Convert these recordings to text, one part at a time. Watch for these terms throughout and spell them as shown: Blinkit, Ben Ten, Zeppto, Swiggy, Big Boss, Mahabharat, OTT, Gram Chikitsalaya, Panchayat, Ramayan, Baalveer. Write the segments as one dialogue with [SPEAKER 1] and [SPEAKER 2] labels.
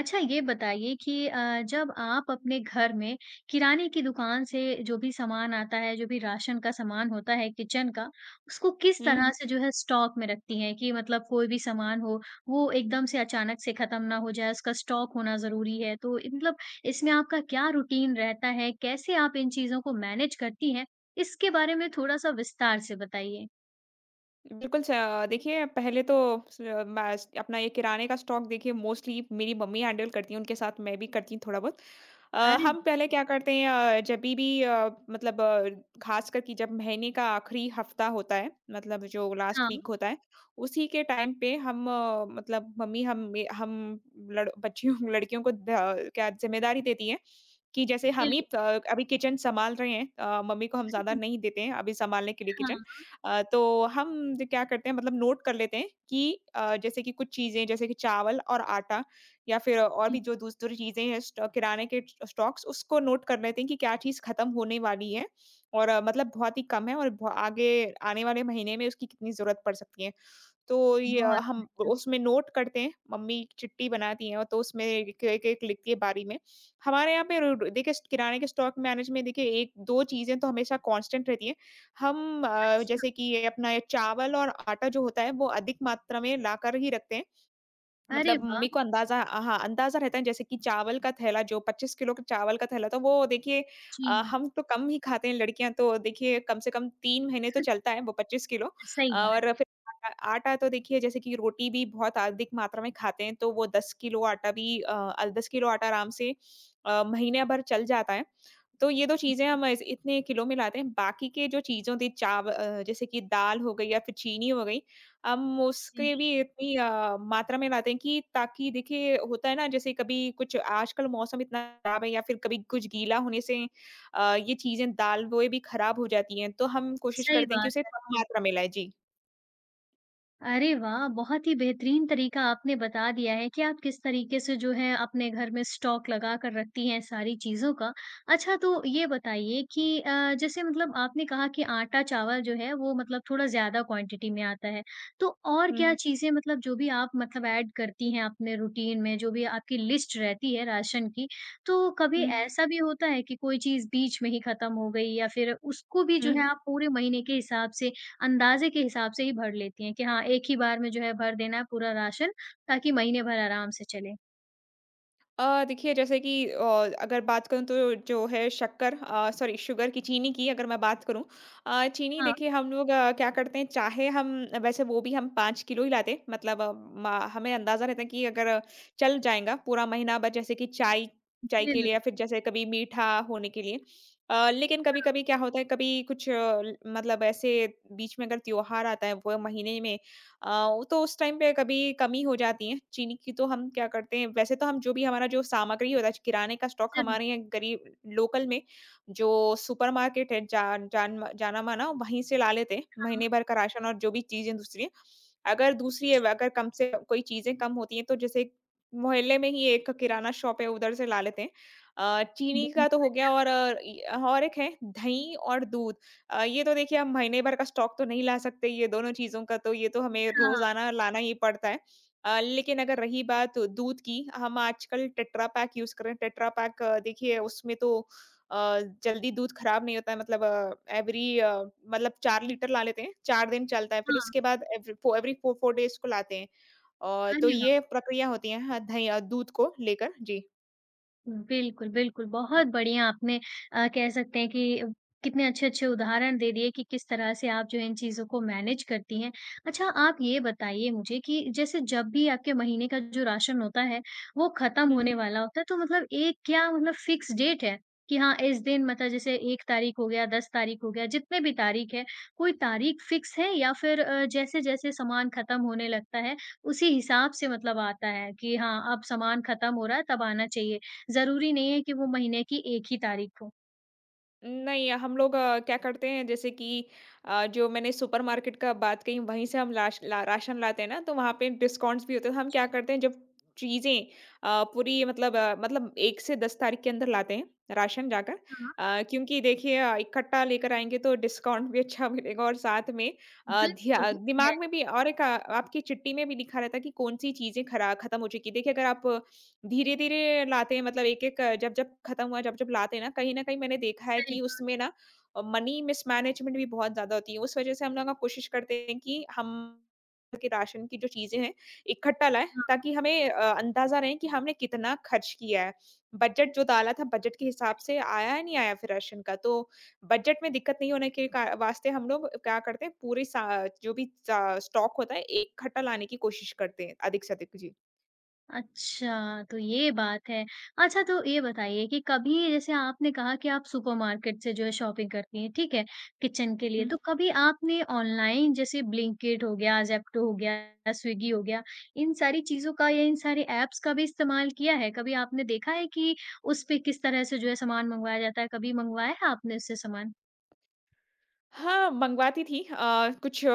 [SPEAKER 1] अच्छा, ये बताइए कि जब आप अपने घर में किराने की दुकान से जो भी सामान आता है, जो भी राशन का सामान होता है किचन का, उसको किस
[SPEAKER 2] हुँ।
[SPEAKER 1] तरह हुँ। से जो है स्टॉक में रखती हैं कि मतलब कोई भी सामान हो, वो एकदम से अचानक से ख़त्म ना हो जाए, उसका स्टॉक होना ज़रूरी है। तो इ मतलब इसमें आपका क्या रूटीन रहता है? कैसे आप इन चीज़ों को मैनेज करती हैं? इसके बारे में थोड़ा-सा विस्तार से बताइए।
[SPEAKER 2] बिल्कुल देखिए पहले तो स मैस अपना ये किराने का स्टॉक देखिए मोस्टली मेरी मम्मी हैंडल करती हैं, उनके साथ मैं भी करती हूँ थोड़ा बहुत। अ,
[SPEAKER 1] अरे
[SPEAKER 2] हम
[SPEAKER 1] वाह!
[SPEAKER 2] पहले क्या करते हैं जभी भी मतलब ख़ासकर कि जब महीने का आखिरी हफ़्ता होता है, मतलब जो लास्ट
[SPEAKER 1] हाँ,
[SPEAKER 2] वीक होता है, उसी के टाइम पे हम मतलब मम्मी हम ए हम लड़ बच्चियों लड़कियों को क्या ज़िम्मेदारी देती हैं कि जैसे हम ही
[SPEAKER 1] बिल्कुल।
[SPEAKER 2] प अभी किचन सँभाल रहे हैं मम्मी को हम ज़्यादा नहीं देते हैं अभी सँभालने के लिए किचन।
[SPEAKER 1] हाँ
[SPEAKER 2] तो हम ज क्या करते हैं मतलब नोट कर लेते हैं कि जैसे कि कुछ चीज़ें जैसे कि चावल और आटा या फिर और भी
[SPEAKER 1] जी,
[SPEAKER 2] जो दूसरी चीज़ें हैं स्टॉ किराने के स्टॉक्स उसको नोट कर लेते हैं कि क्या चीज़ खत्म होने वाली है और मतलब बहुत ही कम है और ब आगे आने वाले महीने में उसकी कितनी ज़रूरत पड़ सकती है। तो ये
[SPEAKER 1] बहुत
[SPEAKER 2] हम उसमें नोट करते हैं, मम्मी चिट्ठी बनाती हैं और तो उसमें एक एक एक लिखती है बारी में। हमारे यहाँ पे रोड देखिए किराने के स्टॉक मैनेज में देखिए 1-2 चीज़ें तो हमेशा कांस्टेंट रहती हैं। हम
[SPEAKER 1] अच्छा।
[SPEAKER 2] जैसे कि ये अपना ये चावल और आटा जो होता है वो अधिक मात्रा में लाकर ही रखते हैं।
[SPEAKER 1] अरे
[SPEAKER 2] मतलब
[SPEAKER 1] वाह!
[SPEAKER 2] मम्मी को अंदाज़ा हाँ, अंदाज़ा रहता है जैसे कि चावल का थैला जो 25 किलो का चावल का थैला था वो देखिए
[SPEAKER 1] जी।
[SPEAKER 2] हम तो कम ही खाते हैं लड़कियाँ तो देखिए कम से कम 3 महीने तो चलता है वो 25 किलो
[SPEAKER 1] सही बात
[SPEAKER 2] और फिर आटा आटा तो देखिए जैसे कि रोटी भी बहुत अधिक मात्रा में खाते हैं तो वो 10 किलो आटा भी 10 किलो आटा आराम से महीने भर चल जाता है। तो ये तो
[SPEAKER 1] है,
[SPEAKER 2] चीज़ें
[SPEAKER 1] बिल
[SPEAKER 2] हम ऐसे इतने किलो में लाते हैं, बाकी के जो चीज़ों थी जैसे कि दाल हो गई या फिर चीनी हो गई, हम उसके
[SPEAKER 1] जी,
[SPEAKER 2] भी इतनी मात्रा में लाते हैं कि ताकि देखिए होता है ना जैसे कभी कुछ आजकल मौसम इतना खराब है या फिर कभी कुछ गीला होने से ये चीज़ें दाल वो भी खराब हो जाती हैं, तो हम कोशिश
[SPEAKER 1] सही
[SPEAKER 2] करते हैं कि उसे
[SPEAKER 1] बात।
[SPEAKER 2] कम मात्रा में लाएँ। जी।
[SPEAKER 1] अरे वाह! बहुत ही बेहतरीन तरीका आपने बता दिया है कि आप किस तरीके से जो है अपने घर में स्टॉक लगा कर रखती हैं सारी चीज़ों का। अच्छा, तो ये बताइए कि जैसे मतलब आपने कहा कि आटा-चावल जो है वो मतलब थोड़ा ज़्यादा क्वांटिटी में आता है। तो और
[SPEAKER 2] हुँ,
[SPEAKER 1] क्या हुँ। चीज़ें मतलब जो भी आप मतलब ऐड करती हैं अपने रूटीन में, जो भी आपकी लिस्ट रहती है राशन की, तो कभी
[SPEAKER 2] हुँ,
[SPEAKER 1] ऐसा भी होता है कि कोई चीज़ बीच में ही खत्म हो गई या फिर उसको भी
[SPEAKER 2] हुँ।
[SPEAKER 1] जो है हुँ। आप पूरे महीने के हिसाब से अंदाज़े के हिसाब से ही भर लेती हैं कि हाँ, एक ही बार में जो है भर देना है पूरा राशन, ताकि महीने भर आराम से चले।
[SPEAKER 2] देखिए जैसे कि अगर बात करूँ तो जो है शक्कर सॉरी शुगर की चीनी की अगर मैं बात करूँ चीनी
[SPEAKER 1] हाँ,
[SPEAKER 2] देखिए हम लोग क्या करते हैं चाहे हम वैसे वो भी हम पाँच किलो ही लाते हैं, मतलब हमें अंदाजा रहता है कि अगर चल जाएगा पूरा महीना बस जैसे कि चाय चाय के
[SPEAKER 1] बिल
[SPEAKER 2] लिए या फिर जैसे कभी मीठा होने के लिए लेकिन कभी कभी क्या होता है कभी कुछ मतलब ऐसे बीच में अगर त्योहार आता है वो महीने में वो तो उस टाइम पे कभी कमी हो जाती है। चीनी की तो हम क्या करते हैं वैसे तो हम जो भी हमारा जो सामग्री होता है, किराने का स्टॉक
[SPEAKER 1] ज़रूर,
[SPEAKER 2] हमारे यहाँ गरीब लोकल में जो सुपरमार्केट है जान जान जाना-माना वहीं से ला लेते हैं,
[SPEAKER 1] हाँ,
[SPEAKER 2] महीने भर का राशन और जो भी चीज़ें दूसरी। अगर दूसरी है, अगर कम से कोई चीज़ें कम होती हैं तो जैसे मोहल्ले में ही एक किराना शॉप है उधर से ला लेते हैं। चीनी का
[SPEAKER 1] बिल,
[SPEAKER 2] तो हो गया और अ, इ और एक है दही और दूध। ये तो देखिए हम महीने भर का स्टॉक तो नहीं ला सकते ये दोनों चीज़ों का तो ये तो हमें
[SPEAKER 1] हाँ,
[SPEAKER 2] रोज़ाना लाना ही पड़ता है। लेकिन अगर रही बात दूध की, हम आजकल टेट्रा पैक यूज़ कर रहे हैं। टेट्रा पैक देखिए उसमें तो जल्दी दूध खराब नहीं होता है मतलब मतलब 4 लीटर ला लेते हैं, 4 दिन चलता है, फिर
[SPEAKER 1] हाँ।
[SPEAKER 2] उसके बाद एवरी 4-4 डेज़ को लाते हैं। और तो
[SPEAKER 1] अरे
[SPEAKER 2] ये प्रक्रिया होती है हाँ, दही दूध को लेकर। जी।
[SPEAKER 1] बिल्कुल, बिल्कुल। बहुत बढ़िया आपने कह सकते हैं कि कितने अच्छे-अच्छे उदाहरण दे दिए कि किस तरह से आप जो है इन चीज़ों को मैनेज करती हैं। अच्छा, आप ये बताइए मुझे कि जैसे जब भी आपके महीने का जो राशन होता है, वो ख़त्म
[SPEAKER 2] हम्म
[SPEAKER 1] होने वाला होता है तो मतलब एक क्या मतलब फ़िक्स डेट है कि हाँ, इस दिन मतलब जैसे 1 तारीख हो गया, 10 तारीख हो गया, जितने भी तारीख है, कोई तारीख फ़िक्स है या फिर जैसे-जैसे सामान ख़त्म होने लगता है, उसी हिसाब से मतलब आता है कि हाँ, अब सामान ख़त्म हो रहा है तब आना चाहिए? ज़रूरी नहीं है कि वो महीने की 1 ही तारीख हो।
[SPEAKER 2] नहीं, हम लोग क्या करते हैं जैसे कि जो मैंने सुपरमार्केट का बात कही वहीं से हम राशन लाते हैं ना तो वहाँ पे डिस्काउंट्स भी होते हैं। तो हम क्या करते हैं जब चीजें पूरी मतलब 1 से 10 तारीख के अंदर लाते हैं राशन जाकर
[SPEAKER 1] हाँ।
[SPEAKER 2] क्योंकि देखिए इकट्ठा लेकर आएंगे तो डिस्काउंट भी अच्छा मिलेगा और साथ में अ,
[SPEAKER 1] बिल्कुल,
[SPEAKER 2] ध्या
[SPEAKER 1] है,
[SPEAKER 2] दिमाग में भी और एक आपकी चिट्ठी में भी लिखा रहता है कि कौन सी चीजें खरा खत्म हो चुकी देखिए अगर आप धीरे-धीरे लाते हैं मतलब एक-एक जब-जब खत्म हुआ, जब-जब लाते हैं ना, कहीं न कहीं मैंने देखा है
[SPEAKER 1] सही
[SPEAKER 2] कि
[SPEAKER 1] बात,
[SPEAKER 2] उसमें ना मनी मिसमैनेजमेंट भी बहुत ज़्यादा होती है। उस वजह से हम लोग ना कोशिश करते हैं कि हम के राशन की जो चीज़ें हैं, इकट्ठा लाएँ
[SPEAKER 1] हाँ।
[SPEAKER 2] ताकि हमें अंदाज़ा रहे कि हमने कितना खर्च किया है। बजट जो डाला था, बजट के हिसाब से आया है, नहीं आया फिर राशन का। तो बजट में दिक्कत नहीं होने के का वास्ते हम लोग क्या करते हैं पूरे सा जो भी सा स्टॉक होता है, इकट्ठा लाने की कोशिश करते हैं, अधिक से अधिक। जी।
[SPEAKER 1] अच्छा, तो ये बात है। अच्छा, तो ये बताइए कि कभी जैसे आपने कहा कि आप सुपरमार्केट से जो है शॉपिंग करती हैं, ठीक है? किचन के लिए, तो कभी आपने ऑनलाइन जैसे ब्लिंकिट हो गया, ज़ेप्टो हो गया, स्विगी हो गया, इन सारी चीज़ों का या इन सारे ऐप्स का भी इस्तेमाल किया है? कभी आपने देखा है कि उस पे किस तरह से जो है सामान मँगवाया जाता है? कभी मँगवाया है आपने उससे सामान?
[SPEAKER 2] हाँ, मंगवाती थी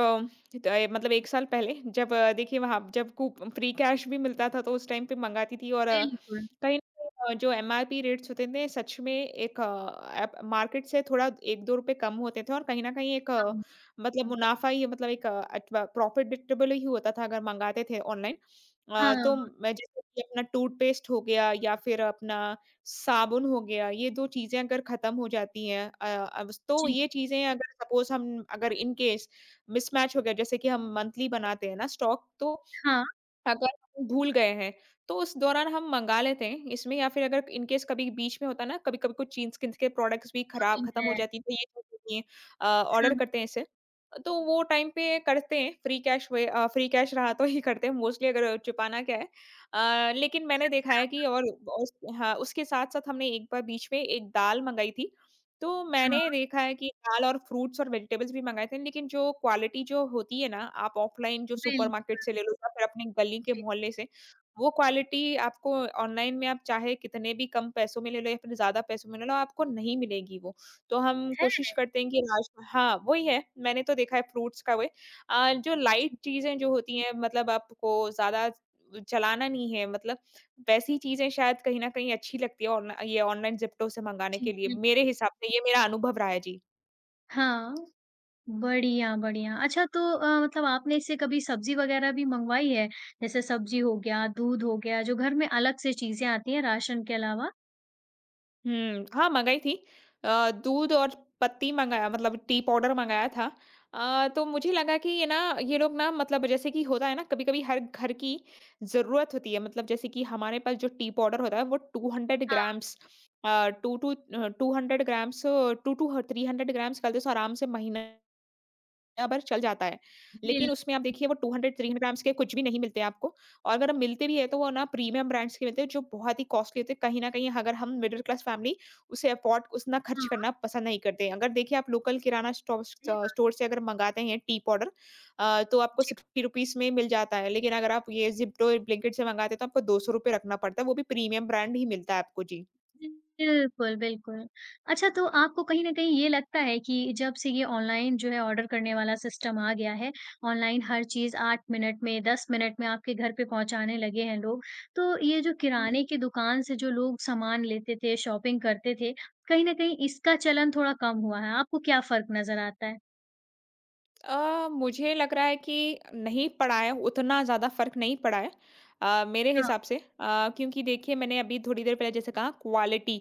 [SPEAKER 2] तो, मतलब 1 साल पहले जब देखिए वहाँ जब कूप फ्री कैश भी मिलता था तो उस टाइम पे मंगाती थी और
[SPEAKER 1] बिल्कुल,
[SPEAKER 2] कहीं न कहीं जो एमआरपी रेट्स होते थे सच में एक ऐप मार्केट से थोड़ा 1-2 रुपए कम होते थे और कहीं न कहीं एक
[SPEAKER 1] हाँ।
[SPEAKER 2] मतलब मुनाफ़ा ही एक प्रॉफिटेबल ही होता था अगर मंगाते थे ऑनलाइन।
[SPEAKER 1] हाँ,
[SPEAKER 2] तो मैं जैसे कि अपना टूथपेस्ट हो गया या फिर अपना साबुन हो गया, ये 2 चीज़ें अगर ख़त्म हो जाती हैं अब तो
[SPEAKER 1] जी।
[SPEAKER 2] ये चीज़ें अगर सपोज़ हम अगर इन केस मिसमैच हो गया, जैसे कि हम मंथली बनाते हैं ना स्टॉक, तो
[SPEAKER 1] हाँ।
[SPEAKER 2] अगर हम भूल गए हैं, तो उस दौरान हम मँगा लेते हैं इसमें या फिर अगर इन केस कभी बीच में होता है ना, कभी-कभी कुछ चीज़-किन्स के प्रोडक्ट्स भी खराब
[SPEAKER 1] की
[SPEAKER 2] ख़त्म हो
[SPEAKER 1] है।
[SPEAKER 2] जाती है, तो ये चीज़ होती है ऑर्डर
[SPEAKER 1] हाँ,
[SPEAKER 2] करते हैं इससे। तो वो टाइम पे करते हैं, फ्री कैश रहा तो ही करते हैं मोस्टली अगर छुपाना क्या है। लेकिन मैंने देखा है कि और उस हाँ, उसके साथ-साथ हमने एक बार बीच में एक दाल मँगाई थी तो
[SPEAKER 1] हाँ,
[SPEAKER 2] मैंने देखा है कि दाल और फ्रूट्स और वेजिटेबल्स भी मँगाए थे, लेकिन जो क्वालिटी जो होती है ना, आप ऑफ़लाइन जो
[SPEAKER 1] बिल्कुल,
[SPEAKER 2] सुपरमार्केट से ले लो या फिर अपनी गली के
[SPEAKER 1] जी,
[SPEAKER 2] मोहल्ले से, वो क्वालिटी आपको ऑनलाइन में आप चाहे कितने भी कम पैसों में ले लो या फिर ज़्यादा पैसों में ले लो, आपको नहीं मिलेगी वो। तो हम
[SPEAKER 1] है।
[SPEAKER 2] कोशिश करते हैं कि राश हाँ, वही है, मैंने तो देखा है फ्रूट्स का वे जो लाइट
[SPEAKER 1] जी,
[SPEAKER 2] चीज़ें जो होती हैं मतलब आपको ज़्यादा चलाना नहीं है मतलब वैसी चीज़ें शायद कहीं न कहीं अच्छी लगती है ऑनला ये ऑनलाइन ज़िप्टो से मँगाने
[SPEAKER 1] जी,
[SPEAKER 2] के लिए,
[SPEAKER 1] बिल्कुल।
[SPEAKER 2] मेरे हिसाब से ये मेरा अनुभव रहा है। जी।
[SPEAKER 1] हाँ, बढ़िया, बढ़िया। अच्छा तो मतलब आपने इससे कभी सब्ज़ी वग़ैरह भी मँगवाई है? जैसे सब्ज़ी हो गया, दूध हो गया, जो घर में अलग से चीज़ें आती हैं राशन के अलावा?
[SPEAKER 2] हुँ, हाँ, मँगाई थी। दूध और पत्ती मँगाया मतलब टी पाउडर मँगाया था। तो मुझे लगा कि ये लोग ना मतलब जैसे कि होता है ना कभी-कभी हर घर की ज़रूरत होती है मतलब जैसे कि हमारे पास जो टी पाउडर होता है वो 200
[SPEAKER 1] हाँ,
[SPEAKER 2] ग्राम्स अ, 2 टू 200 ग्राम्स 2 टू ह 300 ग्राम्स कर दे तो आराम से महीना दुनिया भर चल जाता है। लेकिन
[SPEAKER 1] बिल
[SPEAKER 2] उसमें आप देखिए वो 200-300 ग्राम्स के कुछ भी नहीं मिलते आपको और अगर मिलते भी हैं तो वो ना प्रीमियम ब्रांड्स के मिलते हैं जो बहुत ही कॉस्टली होते हैं। कहीं न कहीं अगर हम मिडल क्लास फैमिली उसे अफोर्ड उतना खर्च
[SPEAKER 1] हाँ,
[SPEAKER 2] करना पसंद नहीं करते। अगर देखिए आप लोकल किराना
[SPEAKER 1] सही
[SPEAKER 2] स्टोर से अगर मँगाते हैं टी पाउडर तो आपको
[SPEAKER 1] बात।
[SPEAKER 2] ₹60 में मिल जाता है। लेकिन अगर आप ये ज़िप्टो, ब्लिंकिट से मँगाते हैं तो आपको ₹200 रखना पड़ता है। वो भी प्रीमियम ब्रांड ही मिलता है आपको। जी।
[SPEAKER 1] बिल्कुल, बिल्कुल। अच्छा, तो आपको कहीं न कहीं ये लगता है कि जब से ये ऑनलाइन जो है ऑर्डर करने वाला सिस्टम आ गया है, ऑनलाइन हर चीज़ 8 मिनट में, 10 मिनट में आपके घर पे पहुँचाने लगे हैं लोग, तो ये जो किराने की दुकान से जो लोग सामान लेते थे, शॉपिंग करते थे, कहीं न कहीं इसका चलन थोड़ा कम हुआ है। आपको क्या फ़र्क नज़र आता है?
[SPEAKER 2] मुझे लग रहा है कि नहीं पड़ा है, उतना ज़्यादा फ़र्क नहीं पड़ा है मेरे
[SPEAKER 1] हाँ,
[SPEAKER 2] हिसाब से क्योंकि देखिए मैंने अभी थोड़ी देर पहले जैसे कहा क्वालिटी,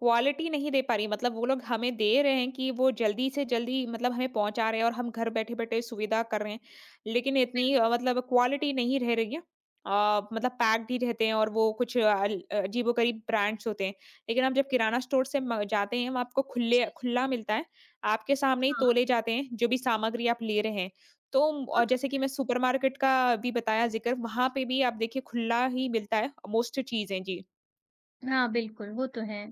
[SPEAKER 2] क्वालिटी नहीं दे पा रही मतलब वो लोग हमें दे रहे हैं कि वो जल्दी से जल्दी मतलब हमें पहुँचा रहे हैं और हम घर बैठे-बैठे सुविधा कर रहे हैं। लेकिन इतनी मतलब क्वालिटी नहीं रह रही है। मतलब पैक्ड ही रहते हैं और वो कुछ अ, अल अजीबो-गरीब ब्रांड्स होते हैं। लेकिन आप जब किराना स्टोर से म जाते हैं, वहाँ आपको खुले
[SPEAKER 1] जी, जी।
[SPEAKER 2] खुला मिलता है। आपके सामने ही
[SPEAKER 1] हाँ,
[SPEAKER 2] तोले जाते हैं, जो भी सामग्री आप ले रहे हैं। तो
[SPEAKER 1] वो
[SPEAKER 2] और
[SPEAKER 1] तो
[SPEAKER 2] जैसे कि मैं सुपरमार्केट का भी बताया ज़िक्र, वहाँ पे भी आप देखिए खुला ही मिलता है मोस्ट चीज़ें।
[SPEAKER 1] हाँ, बिल्कुल, वो तो है।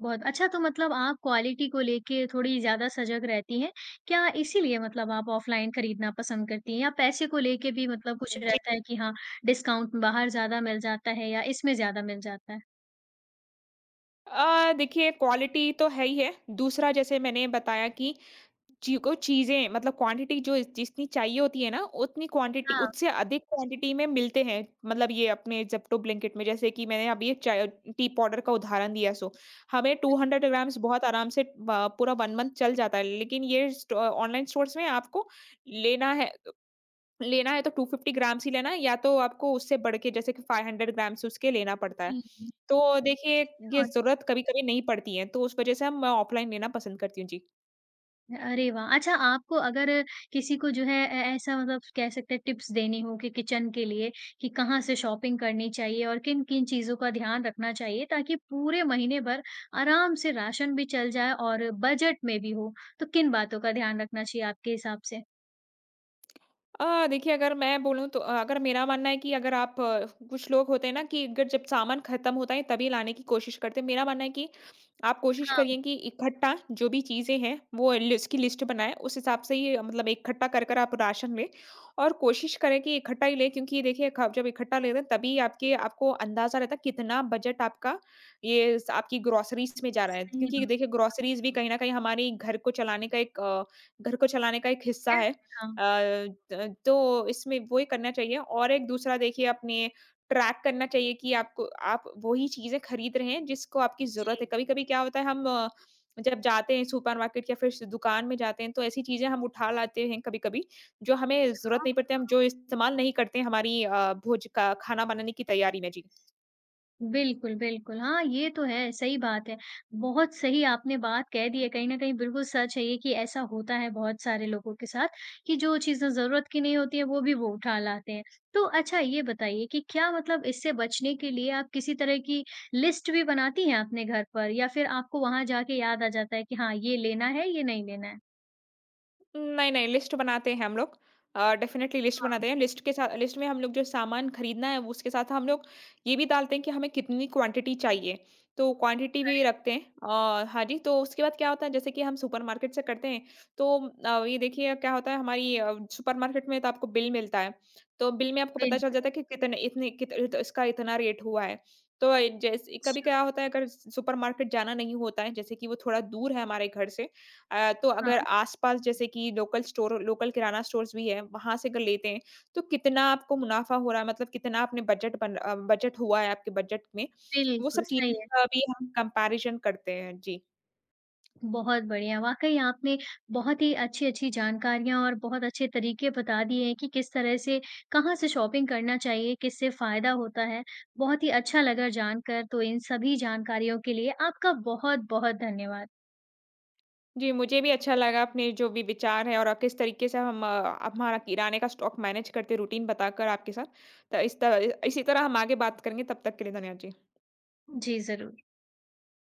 [SPEAKER 1] बहुत अच्छा, तो मतलब आप क्वालिटी को लेके थोड़ी ज़्यादा सजग रहती हैं। क्या इसीलिए मतलब आप ऑफ़लाइन खरीदना पसंद करती हैं या पैसे को लेके भी मतलब कुछ
[SPEAKER 2] जी।
[SPEAKER 1] रहता है कि हाँ, डिस्काउंट बाहर ज़्यादा मिल जाता है या इसमें ज़्यादा मिल जाता है?
[SPEAKER 2] देखिए क्वालिटी तो है ही है। दूसरा जैसे मैंने बताया कि ची को चीज़ें मतलब क्वांटिटी जो जितनी चाहिए होती है ना, उतनी क्वांटिटी
[SPEAKER 1] हाँ,
[SPEAKER 2] उससे अधिक क्वांटिटी में मिलते हैं। मतलब ये अपने ज़ेप्टो, ब्लिंकिट में जैसे कि मैंने अभी एक चाय टी पाउडर का उदाहरण दिया सो, हमें
[SPEAKER 1] बिल्कुल।
[SPEAKER 2] 200 ग्राम्स बहुत आराम से ब पूरा 1 मंथ चल जाता है। लेकिन ये स्ट ऑनलाइन स्टोर्स में आपको लेना है लेना है तो 250 ग्राम्स ही लेना है या तो आपको उससे बढ़ के जैसे कि 500 ग्राम्स उसके लेना पड़ता है।
[SPEAKER 1] जी,
[SPEAKER 2] तो देखिए
[SPEAKER 1] जी।
[SPEAKER 2] ये ज़रूरत कभी-कभी नहीं पड़ती है, तो उस वज़ह से हम मैं ऑफ़लाइन लेना पसंद करती हूँ। जी।
[SPEAKER 1] अरे वाह! अच्छा, आपको अगर किसी को जो है ऐ ऐसा मतलब कह सकते हैं टिप्स देनी हो कि किचन के लिए कि कहाँ से शॉपिंग करनी चाहिए और किन-किन चीज़ों का ध्यान रखना चाहिए ताकि पूरे महीने भर आराम से राशन भी चल जाए और बजट में भी हो, तो किन बातों का ध्यान रखना चाहिए आपके हिसाब से?
[SPEAKER 2] देखिए अगर मैं बोलूँ तो अगर मेरा मानना है कि अगर आप कुछ लोग होते हैं ना कि अगर जब सामान खत्म होता है तभी लाने की कोशिश करते हैं। मेरा मानना है कि आप कोशिश
[SPEAKER 1] हाँ,
[SPEAKER 2] करिए कि इकट्ठा जो भी चीज़ें हैं उसकी लिस्ट बनाएं उस हिसाब से ही मतलब इकट्ठा कर कर आप राशन लें और कोशिश करें कि इकट्ठा ही लें क्योंकि देखिए जब इकट्ठा लेते हैं तभी आपके आपको अंदाजा रहता है कितना बजट आपका आपकी ग्रोसरीज में जा रहा है।
[SPEAKER 1] सही
[SPEAKER 2] क्योंकि
[SPEAKER 1] बात
[SPEAKER 2] देखिए ग्रोसरीज भी कहीं ना कहीं हमारे घर को चलाने का एक हिस्सा
[SPEAKER 1] है।
[SPEAKER 2] है।
[SPEAKER 1] हाँ,
[SPEAKER 2] अ, त तो इसमें वही करना चाहिए। और एक दूसरा देखिए अपने ट्रैक करना चाहिए कि आपको आप वही चीज़ें खरीद रहे हैं जिसको आपकी ज़रूरत
[SPEAKER 1] जी।
[SPEAKER 2] है। कभी-कभी क्या होता है, जब जाते हैं सुपरमार्केट या फिर स दुकान में जाते हैं तो ऐसी चीज़ें हम उठा लाते हैं कभी-कभी, जो हमें ज़रूरत नहीं पड़ती, हम जो इस्तेमाल नहीं करते हैं हमारी भोज का खाना बनाने की तैयारी में। जी।
[SPEAKER 1] बिल्कुल, बिल्कुल। हाँ, ये तो है, सही बात है। बहुत सही आपने बात कह दी है, कहीं न कहीं बिल्कुल सच है ये कि ऐसा होता है बहुत सारे लोगों के साथ कि जो चीज़ें ज़रूरत की नहीं होती हैं, वो भी वो उठा लाते हैं। तो अच्छा, ये बताइए कि क्या मतलब इससे बचने के लिए आप किसी तरह की लिस्ट भी बनाती हैं अपने घर पर या फिर आपको वहाँ जाके याद आ जाता है कि हाँ, ये लेना है, ये नहीं लेना है?
[SPEAKER 2] नहीं, नहीं, लिस्ट बनाते हैं हम लोग। डेफ़िनेटली लिस्ट
[SPEAKER 1] हाँ।
[SPEAKER 2] बनाते हैं। लिस्ट के साथ लिस्ट में हम लोग जो सामान खरीदना है, वो, उसके साथ हम लोग ये भी डालते हैं कि हमें कितनी क्वांटिटी चाहिए, तो क्वांटिटी भी रखते हैं। हाँ जी, तो उसके बाद क्या होता है, जैसे कि हम सुपरमार्केट से करते हैं, तो ये देखिए क्या होता है, सुपरमार्केट में तो आपको बिल मिलता है, तो बिल में आपको पता
[SPEAKER 1] बिल
[SPEAKER 2] चल जाता है कि कितने इतने कित इत इसका इतना रेट हुआ है। तो जैसे कभी
[SPEAKER 1] अच्छा,
[SPEAKER 2] क्या होता है, अगर सुपरमार्केट जाना नहीं होता है, जैसे कि वो थोड़ा दूर है हमारे घर से, तो
[SPEAKER 1] हाँ,
[SPEAKER 2] अगर आस-पास जैसे कि लोकल किराना स्टोर्स भी है, वहाँ से अगर लेते हैं, तो कितना आपको मुनाफ़ा हो रहा है, मतलब कितना आपने बजट हुआ है आपके बजट में, वो
[SPEAKER 1] बिल्कुल,
[SPEAKER 2] सब चीज़
[SPEAKER 1] सही है।
[SPEAKER 2] का भी हम कंपैरिज़न करते हैं। जी।
[SPEAKER 1] बहुत बढ़िया, वाक़ई आपने बहुत ही अच्छी-अच्छी जानकारियाँ और बहुत अच्छे तरीके बता दिए हैं कि किस तरह से कहाँ से शॉपिंग करना चाहिए, किससे फ़ायदा होता है। बहुत ही अच्छा लगा जानकर, तो इन सभी जानकारियों के लिए आपका बहुत-बहुत धन्यवाद।
[SPEAKER 2] जी, मुझे भी अच्छा लगा अपने जो भी विचार हैं और किस तरीके से हमारा किराने का स्टॉक मैनेज करते हैं रूटीन बताकर आपके साथ। तो इस त इसी तरह हम आगे बात करेंगे, तब तक के लिए धन्यवाद जी।
[SPEAKER 1] जी, ज़रूर।